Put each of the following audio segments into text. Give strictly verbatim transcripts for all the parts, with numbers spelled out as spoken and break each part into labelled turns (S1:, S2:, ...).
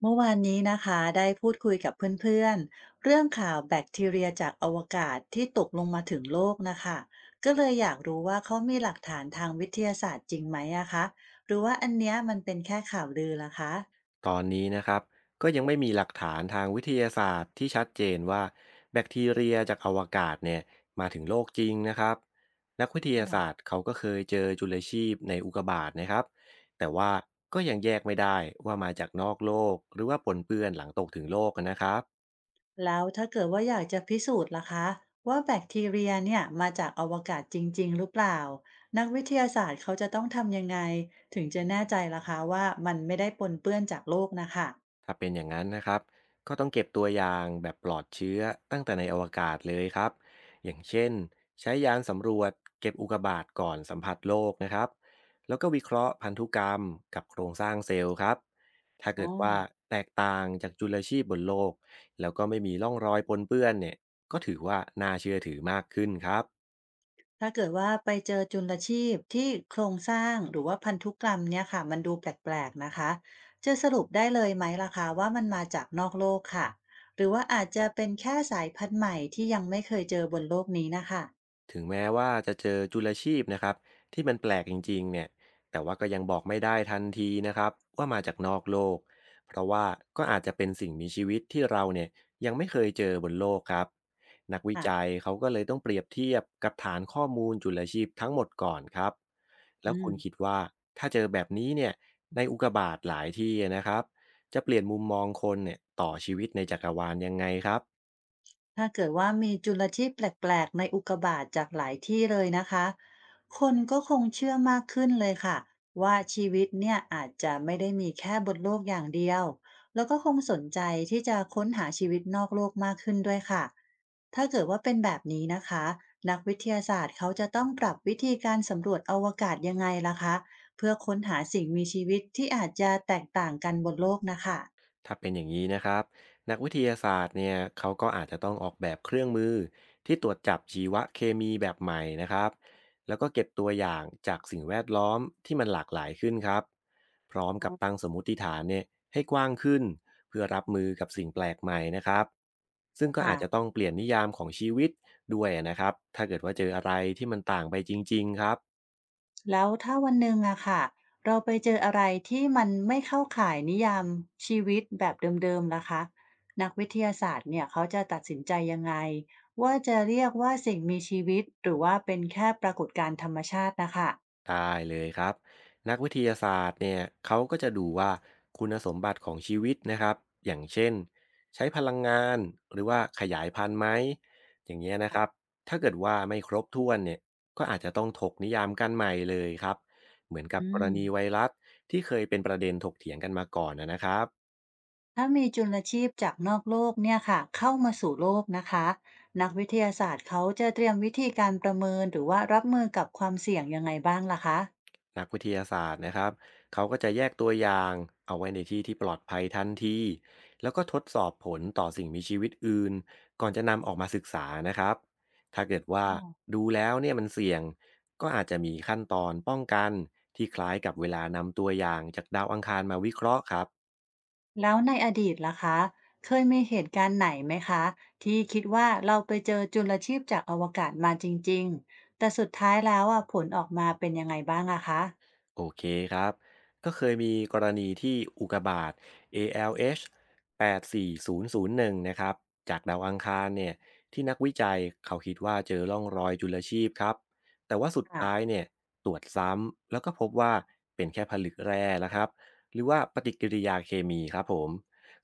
S1: เมื่อวานนี้นะคะได้พูดคุยกับเพื่อนๆเรื่องข่าวแบคทีเรียจากอวกาศที่ตกลงมาถึงโลกนะคะก็เลยอยากรู้ว่าเขามีหลักฐานทางวิทยาศาสตร์จริงไหมอะคะหรือว่าอันเนี้ยมันเป็นแค่ข่าวลือล่ะคะ
S2: ตอนนี้นะครับก็ยังไม่มีหลักฐานทางวิทยาศาสตร์ที่ชัดเจนว่าแบคทีเรียจากอวกาศเนี่ยมาถึงโลกจริงนะครับนักวิท
S1: อ๋อ
S2: ยาศาสตร์เขาก็เคยเจอจุลชีพในอุกกาบาตนะครับแต่ว่าก็ยังแยกไม่ได้ว่ามาจากนอกโลกหรือว่าปนเปื้อนหลังตกถึงโลกนะครับ
S1: แล้วถ้าเกิดว่าอยากจะพิสูจน์ล่ะคะว่าแบคทีเรียเนี่ยมาจากอวกาศจริงๆหรือเปล่านักวิทยาศาสตร์เขาจะต้องทำยังไงถึงจะแน่ใจล่ะคะว่ามันไม่ได้ปนเปื้อนจากโลกนะคะ
S2: ถ้าเป็นอย่างนั้นนะครับก็ต้องเก็บตัวอย่างแบบปลอดเชื้อตั้งแต่ในอวกาศเลยครับอย่างเช่นใช้ยานสำรวจเก็บอุกกาบาตก่อนสัมผัสโลกนะครับแล้วก็วิเคราะห์พันธุกรรมกับโครงสร้างเซลล์ครับถ้า
S1: อ๋อ
S2: เกิดว่าแตกต่างจากจุลชีพบนโลกแล้วก็ไม่มีร่องรอยปนเปื้อนเนี่ยก็ถือว่าน่าเชื่อถือมากขึ้นครับ
S1: ถ้าเกิดว่าไปเจอจุลชีพที่โครงสร้างหรือว่าพันธุกรรมเนี่ยค่ะมันดูแปลกๆนะคะจะสรุปได้เลยไหมล่ะคะว่ามันมาจากนอกโลกค่ะหรือว่าอาจจะเป็นแค่สายพันธุ์ใหม่ที่ยังไม่เคยเจอบนโลกนี้นะคะ
S2: ถึงแม้ว่าจะเจอจุลชีพนะครับที่มันแปลกจริงๆเนี่ยแต่ว่าก็ยังบอกไม่ได้ทันทีนะครับว่ามาจากนอกโลกเพราะว่าก็อาจจะเป็นสิ่งมีชีวิตที่เราเนี่ยยังไม่เคยเจอบนโลกครับนักวิ
S1: ค่ะ
S2: จัยเขาก็เลยต้องเปรียบเทียบกับฐานข้อมูลจุลชีพทั้งหมดก่อนครับแล้ว
S1: อื
S2: คุ
S1: ม
S2: ณคิดว่าถ้าเจอแบบนี้เนี่ยในอุกกาบาตหลายที่นะครับจะเปลี่ยนมุมมองคนเนี่ยต่อชีวิตในจักรวาลยังไงครับ
S1: ถ้าเกิดว่ามีจุลชีพแปลกๆในอุกกาบาตจากหลายที่เลยนะคะคนก็คงเชื่อมากขึ้นเลยค่ะว่าชีวิตเนี่ยอาจจะไม่ได้มีแค่บนโลกอย่างเดียวแล้วก็คงสนใจที่จะค้นหาชีวิตนอกโลกมากขึ้นด้วยค่ะถ้าเกิดว่าเป็นแบบนี้นะคะนักวิทยาศาสตร์เขาจะต้องปรับวิธีการสำรวจอวกาศยังไงล่ะคะเพื่อค้นหาสิ่งมีชีวิตที่อาจจะแตกต่างกันบนโลกนะคะ
S2: ถ้าเป็นอย่างนี้นะครับนักวิทยาศาสตร์เนี่ยเขาก็อาจจะต้องออกแบบเครื่องมือที่ตรวจจับชีวเคมีแบบใหม่นะครับแล้วก็เก็บตัวอย่างจากสิ่งแวดล้อมที่มันหลากหลายขึ้นครับพร้อมกับตั้งสมมติฐานเนี่ยให้กว้างขึ้นเพื่อรับมือกับสิ่งแปลกใหม่นะครับซึ่งก็อา
S1: ค่ะ
S2: จจะต้องเปลี่ยนนิยามของชีวิตด้วยนะครับถ้าเกิดว่าเจออะไรที่มันต่างไปจริงๆครับ
S1: แล้วถ้าวันหนึ่งอะค่ะเราไปเจออะไรที่มันไม่เข้าข่ายนิยามชีวิตแบบเดิมๆล่ะคะนักวิทยาศาสตร์เนี่ยเขาจะตัดสินใจยังไงว่าจะเรียกว่าสิ่งมีชีวิตหรือว่าเป็นแค่ปรากฏการณ์ธรรมชาตินะคะ
S2: ได้เลยครับนักวิทยาศาสตร์เนี่ยเขาก็จะดูว่าคุณสมบัติของชีวิตนะครับอย่างเช่นใช้พลังงานหรือว่าขยายพันธุ์ไหมอย่างเงี้ยนะครับ
S1: ค่ะ
S2: ถ้าเกิดว่าไม่ครบถ้วนเนี่ยก็อาจจะต้องถกนิยามกันใหม่เลยครับเหมือนกับ
S1: อื
S2: กร
S1: ม
S2: ณีไวรัสที่เคยเป็นประเด็นถกเถียงกันมาก่อนนะนะครับ
S1: ถ้ามีจุลชีพจากนอกโลกเนี่ยค่ะเข้ามาสู่โลกนะคะนักวิทยาศาสตร์เขาจะเตรียมวิธีการประเมินหรือว่ารับมือกับความเสี่ยงยังไงบ้างล่ะคะ
S2: นักวิทยาศาสตร์นะครับเขาก็จะแยกตัวอย่างเอาไว้ในที่ที่ปลอดภัยทันทีแล้วก็ทดสอบผลต่อสิ่งมีชีวิตอื่นก่อนจะนำออกมาศึกษานะครับถ้าเกิดว่าดูแล้วเนี่ยมันเสี่ยงก็อาจจะมีขั้นตอนป้องกันที่คล้ายกับเวลานำตัวอย่างจากดาวอังคารมาวิเคราะห์ครับ
S1: แล้วในอดีตล่ะคะเคยมีเหตุการณ์ไหนไหมคะที่คิดว่าเราไปเจอจุลชีพจากอวกาศมาจริงๆแต่สุดท้ายแล้วอะผลออกมาเป็นยังไงบ้างอะคะ
S2: โอเคครับ ก็เคยมีกรณีที่อุกกาบาต เอ แอล เอช แปดสี่ศูนย์ศูนย์หนึ่งนย์ศูนย์หนึ่งนะครับจากดาวอังคารเนี่ยที่นักวิจัยเขาคิดว่าเจอร่องรอยจุลชีพครับแต่ว่าสุด
S1: ค่ะ
S2: ท้ายเนี่ยตรวจซ้ำแล้วก็พบว่าเป็นแค่ผลึกแร่นะครับหรือว่าปฏิกิริยาเคมีครับผม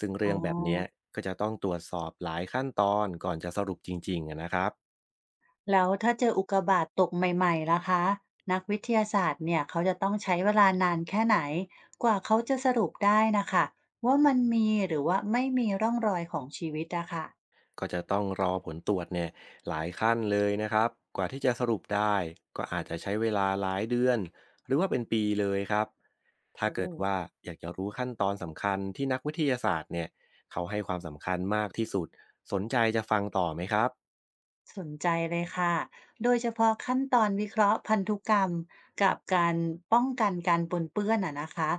S2: ซึ่ง
S1: อ๋
S2: เรื่
S1: อ
S2: องแบบเนี้ยก็จะต้องตรวจสอบหลายขั้นตอนก่อนจะสรุปจริงๆอะนะครับ
S1: แล้วถ้าเจออุกกาบาตตกใหม่ๆล่ะคะนักวิทยาศาสตร์เนี่ยเขาจะต้องใช้เวลานานแค่ไหนกว่าเขาจะสรุปได้นะคะว่ามันมีหรือว่าไม่มีร่องรอยของชีวิตอะค่ะ
S2: ก็จะต้องรอผลตรวจเนี่ยหลายขั้นเลยนะครับกว่าที่จะสรุปได้ก็อาจจะใช้เวลาหลายเดือนหรือว่าเป็นปีเลยครับถ้า
S1: โอ้
S2: เกิดว่าอยากจะรู้ขั้นตอนสำคัญที่นักวิทยาศาสตร์เนี่ยเขาให้ความสำคัญมากที่สุดสนใจจะฟังต่อไหมครับ
S1: สนใจเลยค่ะ โดยเฉพาะขั้นตอนวิเคราะห์พันธุกรรมกับการป้องกันการปนเปื้อนอะนะคะ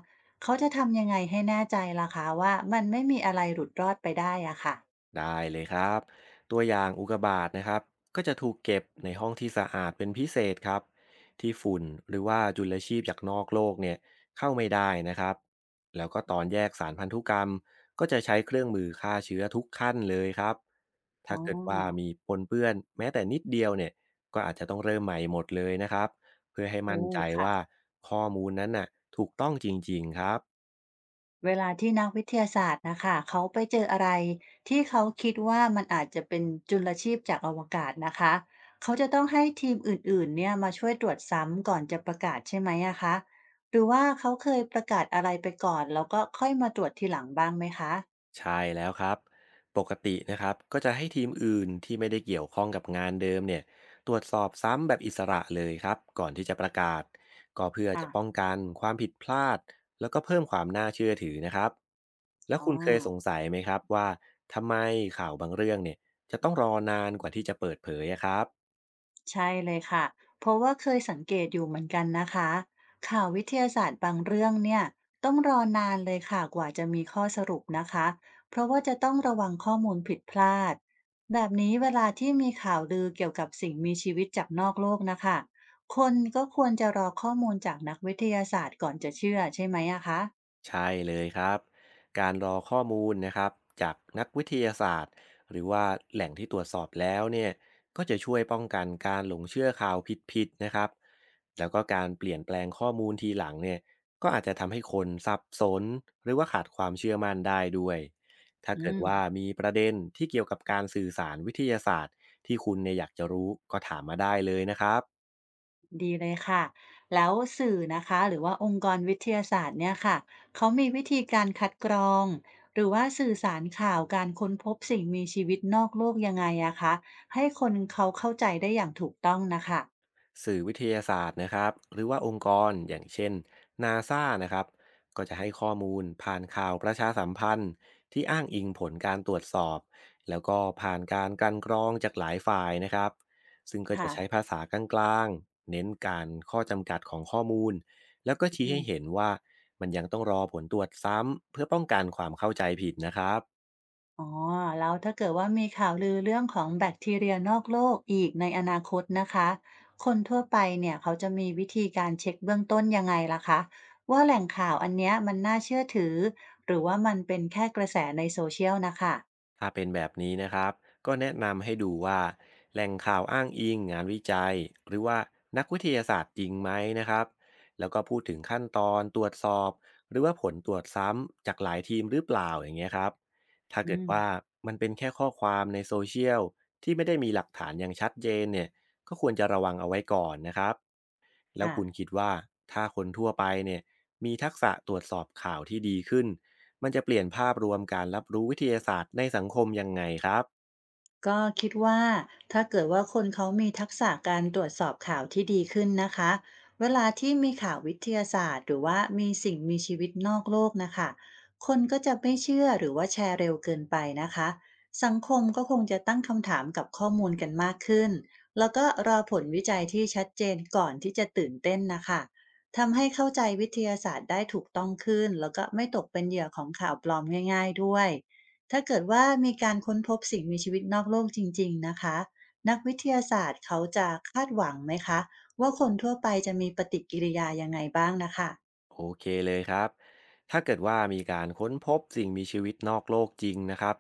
S1: เขาจะทำยังไงให้แน่ใจล่ะคะว่ามันไม่มีอะไรหลุดรอดไปได้อะค่ะ
S2: ได้เลยครับตัวอย่างอุกกาบาตนะครับก็จะถูกเก็บในห้องที่สะอาดเป็นพิเศษครับที่ฝุ่นหรือว่าจุลชีพจากนอกโลกเนี่ยเข้าไม่ได้นะครับแล้วก็ตอนแยกสารพันธุกรรมก็จะใช้เครื่องมือฆ่าเชื้อทุกขั้นเลยครับ
S1: อ๋
S2: ถ้า
S1: อ
S2: เกิดว่ามีปนเปื้อนแม้แต่นิดเดียวเนี่ยก็อาจจะต้องเริ่มใหม่หมดเลยนะครับเพื่อให้
S1: โอ้
S2: มั่นใจว่า
S1: ค่ะ
S2: ข้อมูลนั้นน่ะถูกต้องจริงๆครับ
S1: เวลาที่นักวิทยาศาสตร์นะคะเขาไปเจออะไรที่เขาคิดว่ามันอาจจะเป็นจุลชีพจากอวกาศนะคะเขาจะต้องให้ทีมอื่นๆเนี่ยมาช่วยตรวจซ้ำก่อนจะประกาศใช่ไหมอะคะหรือว่าเขาเคยประกาศอะไรไปก่อนแล้วก็ค่อยมาตรวจทีหลังบ้างไหมคะ
S2: ใช่แล้วครับปกตินะครับก็จะให้ทีมอื่นที่ไม่ได้เกี่ยวข้องกับงานเดิมเนี่ยตรวจสอบซ้ำแบบอิสระเลยครับก่อนที่จะประกาศก็เพื่อ
S1: อ่ะ
S2: จะป้องกันความผิดพลาดแล้วก็เพิ่มความน่าเชื่อถือนะครับแล้ว
S1: อ๋อ
S2: คุณเคยสงสัยไหมครับว่าทำไมข่าวบางเรื่องเนี่ยจะต้องรอนานกว่าที่จะเปิดเผยอะครับ
S1: ใช่เลยค่ะ เพราะว่าเคยสังเกตอยู่เหมือนกันนะคะข่าววิทยาศาสตร์บางเรื่องเนี่ยต้องรอนานเลยค่ะกว่าจะมีข้อสรุปนะคะ เพราะว่าจะต้องระวังข้อมูลผิดพลาด แบบนี้เวลาที่มีข่าวลือเกี่ยวกับสิ่งมีชีวิตจากนอกโลกนะคะ คนก็ควรจะรอข้อมูลจากนักวิทยาศาสตร์ก่อนจะเชื่อใช่ไหมอะคะ
S2: ใช่เลยครับการรอข้อมูลนะครับจากนักวิทยาศาสตร์หรือว่าแหล่งที่ตรวจสอบแล้วเนี่ยก็จะช่วยป้องกันการหลงเชื่อข่าวผิดๆนะครับแล้วก็การเปลี่ยนแปลงข้อมูลทีหลังเนี่ยก็อาจจะทำให้คนสับสนหรือว่าขาดความเชื่อมั่นได้ด้วยถ้า
S1: อื
S2: เกิด
S1: ม
S2: ว่ามีประเด็นที่เกี่ยวกับการสื่อสารวิทยาศาสตร์ที่คุณเนี่ยอยากจะรู้ก็ถามมาได้เลยนะครับ
S1: ดีเลยค่ะ แล้วสื่อนะคะหรือว่าองค์กรวิทยาศาสตร์เนี่ยค่ะ เขามีวิธีการคัดกรองหรือว่าสื่อสารข่าวการค้นพบสิ่งมีชีวิตนอกโลกยังไงอะคะให้คนเขาเข้าใจได้อย่างถูกต้องนะคะ
S2: สื่อวิทยาศาสตร์นะครับหรือว่าองค์กรอย่างเช่นนาซานะครับก็จะให้ข้อมูลผ่านข่าวประชาสัมพันธ์ที่อ้างอิงผลการตรวจสอบแล้วก็ผ่านการกลันกรองจากหลายฝ่ายนะครับซึ่งก็จะ
S1: ค่ะ
S2: ใช้ภาษากลางๆเน้นการข้อจำกัดของข้อมูลแล้วก็ชี้ให้เห็นว่ามันยังต้องรอผลตรวจซ้ำเพื่อป้องกันความเข้าใจผิดนะครับ
S1: อ๋อแล้วถ้าเกิดว่ามีข่าวลือเรื่องของแบคทีเรียนอกโลกอีกในอนาคตนะคะคนทั่วไปเนี่ยเขาจะมีวิธีการเช็คเบื้องต้นยังไงล่ะคะว่าแหล่งข่าวอันเนี้ยมันน่าเชื่อถือหรือว่ามันเป็นแค่กระแสในโซเชียลนะคะ
S2: ถ้าเป็นแบบนี้นะครับก็แนะนำให้ดูว่าแหล่งข่าวอ้างอิงงานวิจัยหรือว่านักวิทยาศาสตร์จริงไหมนะครับแล้วก็พูดถึงขั้นตอนตรวจสอบหรือว่าผลตรวจซ้ำจากหลายทีมหรือเปล่าอย่างเงี้ยครับถ้า
S1: อื
S2: เกิดว่า
S1: ม
S2: มันเป็นแค่ข้อความในโซเชียลที่ไม่ได้มีหลักฐานอย่างชัดเจนเนี่ยก็ควรจะระวังเอาไว้ก่อนนะครับ แล้ว
S1: อ่ะ
S2: คุณคิดว่าถ้าคนทั่วไปเนี่ยมีทักษะตรวจสอบข่าวที่ดีขึ้นมันจะเปลี่ยนภาพรวมการรับรู้วิทยาศาสตร์ในสังคมยังไงครับ
S1: ก็คิดว่าถ้าเกิดว่าคนเขามีทักษะการตรวจสอบข่าวที่ดีขึ้นนะคะเวลาที่มีข่าววิทยาศาสตร์หรือว่ามีสิ่งมีชีวิตนอกโลกนะคะคนก็จะไม่เชื่อหรือว่าแชร์เร็วเกินไปนะคะสังคมก็คงจะตั้งคำถามกับข้อมูลกันมากขึ้นแล้วก็รอผลวิจัยที่ชัดเจนก่อนที่จะตื่นเต้นนะคะทำให้เข้าใจวิทยาศาสตร์ได้ถูกต้องขึ้นแล้วก็ไม่ตกเป็นเหยื่อของข่าวปลอมง่ายๆด้วย ถ้าเกิดว่ามีการค้นพบสิ่งมีชีวิตนอกโลกจริงๆ นะคะนักวิทยาศาสตร์เขาจะคาดหวังไหมคะว่าคนทั่วไปจะมีปฏิกิริยายังไงบ้างนะคะ
S2: โอเคเลยครับ ถ้าเกิดว่ามีการค้นพบสิ่งมีชีวิตนอกโลกจริงนะครับ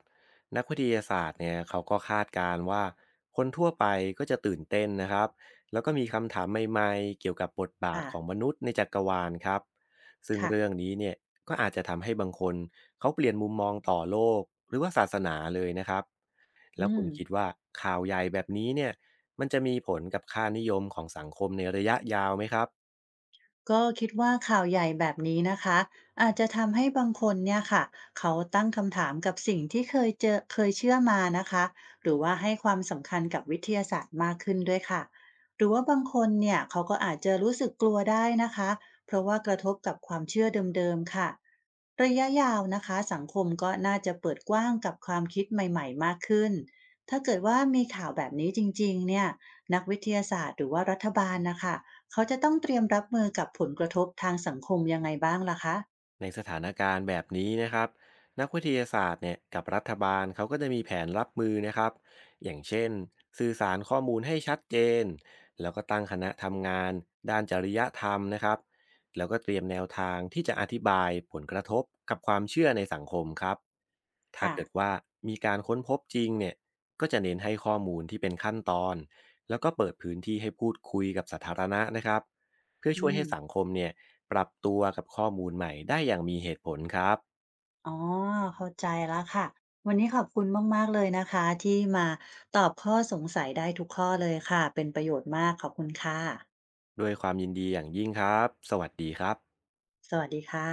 S2: นักวิทยาศาสตร์เนี่ยเขาก็คาดการณ์ว่าคนทั่วไปก็จะตื่นเต้นนะครับ แล้วก็มีคำถามใหม่ๆเกี่ยวกับบทบาท
S1: ค่ะ
S2: ของมนุษย์ในจักรวาลครับ ซึ่ง
S1: ค่ะ
S2: เรื่องนี้เนี่ยก็อาจจะทำให้บางคนเขาเปลี่ยนมุมมองต่อโลกหรือว่าศาสนาเลยนะครับ แล้ว
S1: อื
S2: คุ
S1: ม
S2: ณคิดว่าข่าวใหญ่แบบนี้เนี่ยมันจะมีผลกับค่านิยมของสังคมในระยะยาวไหมครับ
S1: ก็คิดว่าข่าวใหญ่แบบนี้นะคะอาจจะทำให้บางคนเนี่ยค่ะเขาตั้งคำถามกับสิ่งที่เคยเจอเคยเชื่อมานะคะหรือว่าให้ความสำคัญกับวิทยาศาสตร์มากขึ้นด้วยค่ะหรือว่าบางคนเนี่ยเขาก็อาจจะรู้สึกกลัวได้นะคะเพราะว่ากระทบกับความเชื่อเดิมๆค่ะระยะยาวนะคะสังคมก็น่าจะเปิดกว้างกับความคิดใหม่ๆมากขึ้นถ้าเกิดว่ามีข่าวแบบนี้จริงๆเนี่ยนักวิทยาศาสตร์หรือว่ารัฐบาลนะคะ เขาจะต้องเตรียมรับมือกับผลกระทบทางสังคมยังไงบ้างล่ะคะ
S2: ในสถานการณ์แบบนี้นะครับนักวิทยาศาสตร์เนี่ยกับรัฐบาลเขาก็จะมีแผนรับมือนะครับอย่างเช่นสื่อสารข้อมูลให้ชัดเจนแล้วก็ตั้งคณะทำงานด้านจริยธรรมนะครับแล้วก็เตรียมแนวทางที่จะอธิบายผลกระทบกับความเชื่อในสังคมครับถ้า
S1: ค่ะ
S2: เกิดว่ามีการค้นพบจริงเนี่ยก็จะเน้นให้ข้อมูลที่เป็นขั้นตอนแล้วก็เปิดพื้นที่ให้พูดคุยกับสาธารณะนะครับ เพื่อ
S1: อื
S2: ช่วยให้สัง
S1: ม
S2: คมเนี่ยปรับตัวกับข้อมูลใหม่ได้อย่างมีเหตุผลครับ
S1: อ๋อ เข้าใจแล้วค่ะ วันนี้ขอบคุณมากๆเลยนะคะที่มาตอบข้อสงสัยได้ทุกข้อเลยค่ะ เป็นประโยชน์มากขอบคุณค่ะ
S2: ด้วยความยินดีอย่างยิ่งครับสวัสดีครับ
S1: สวัสดีค่ะ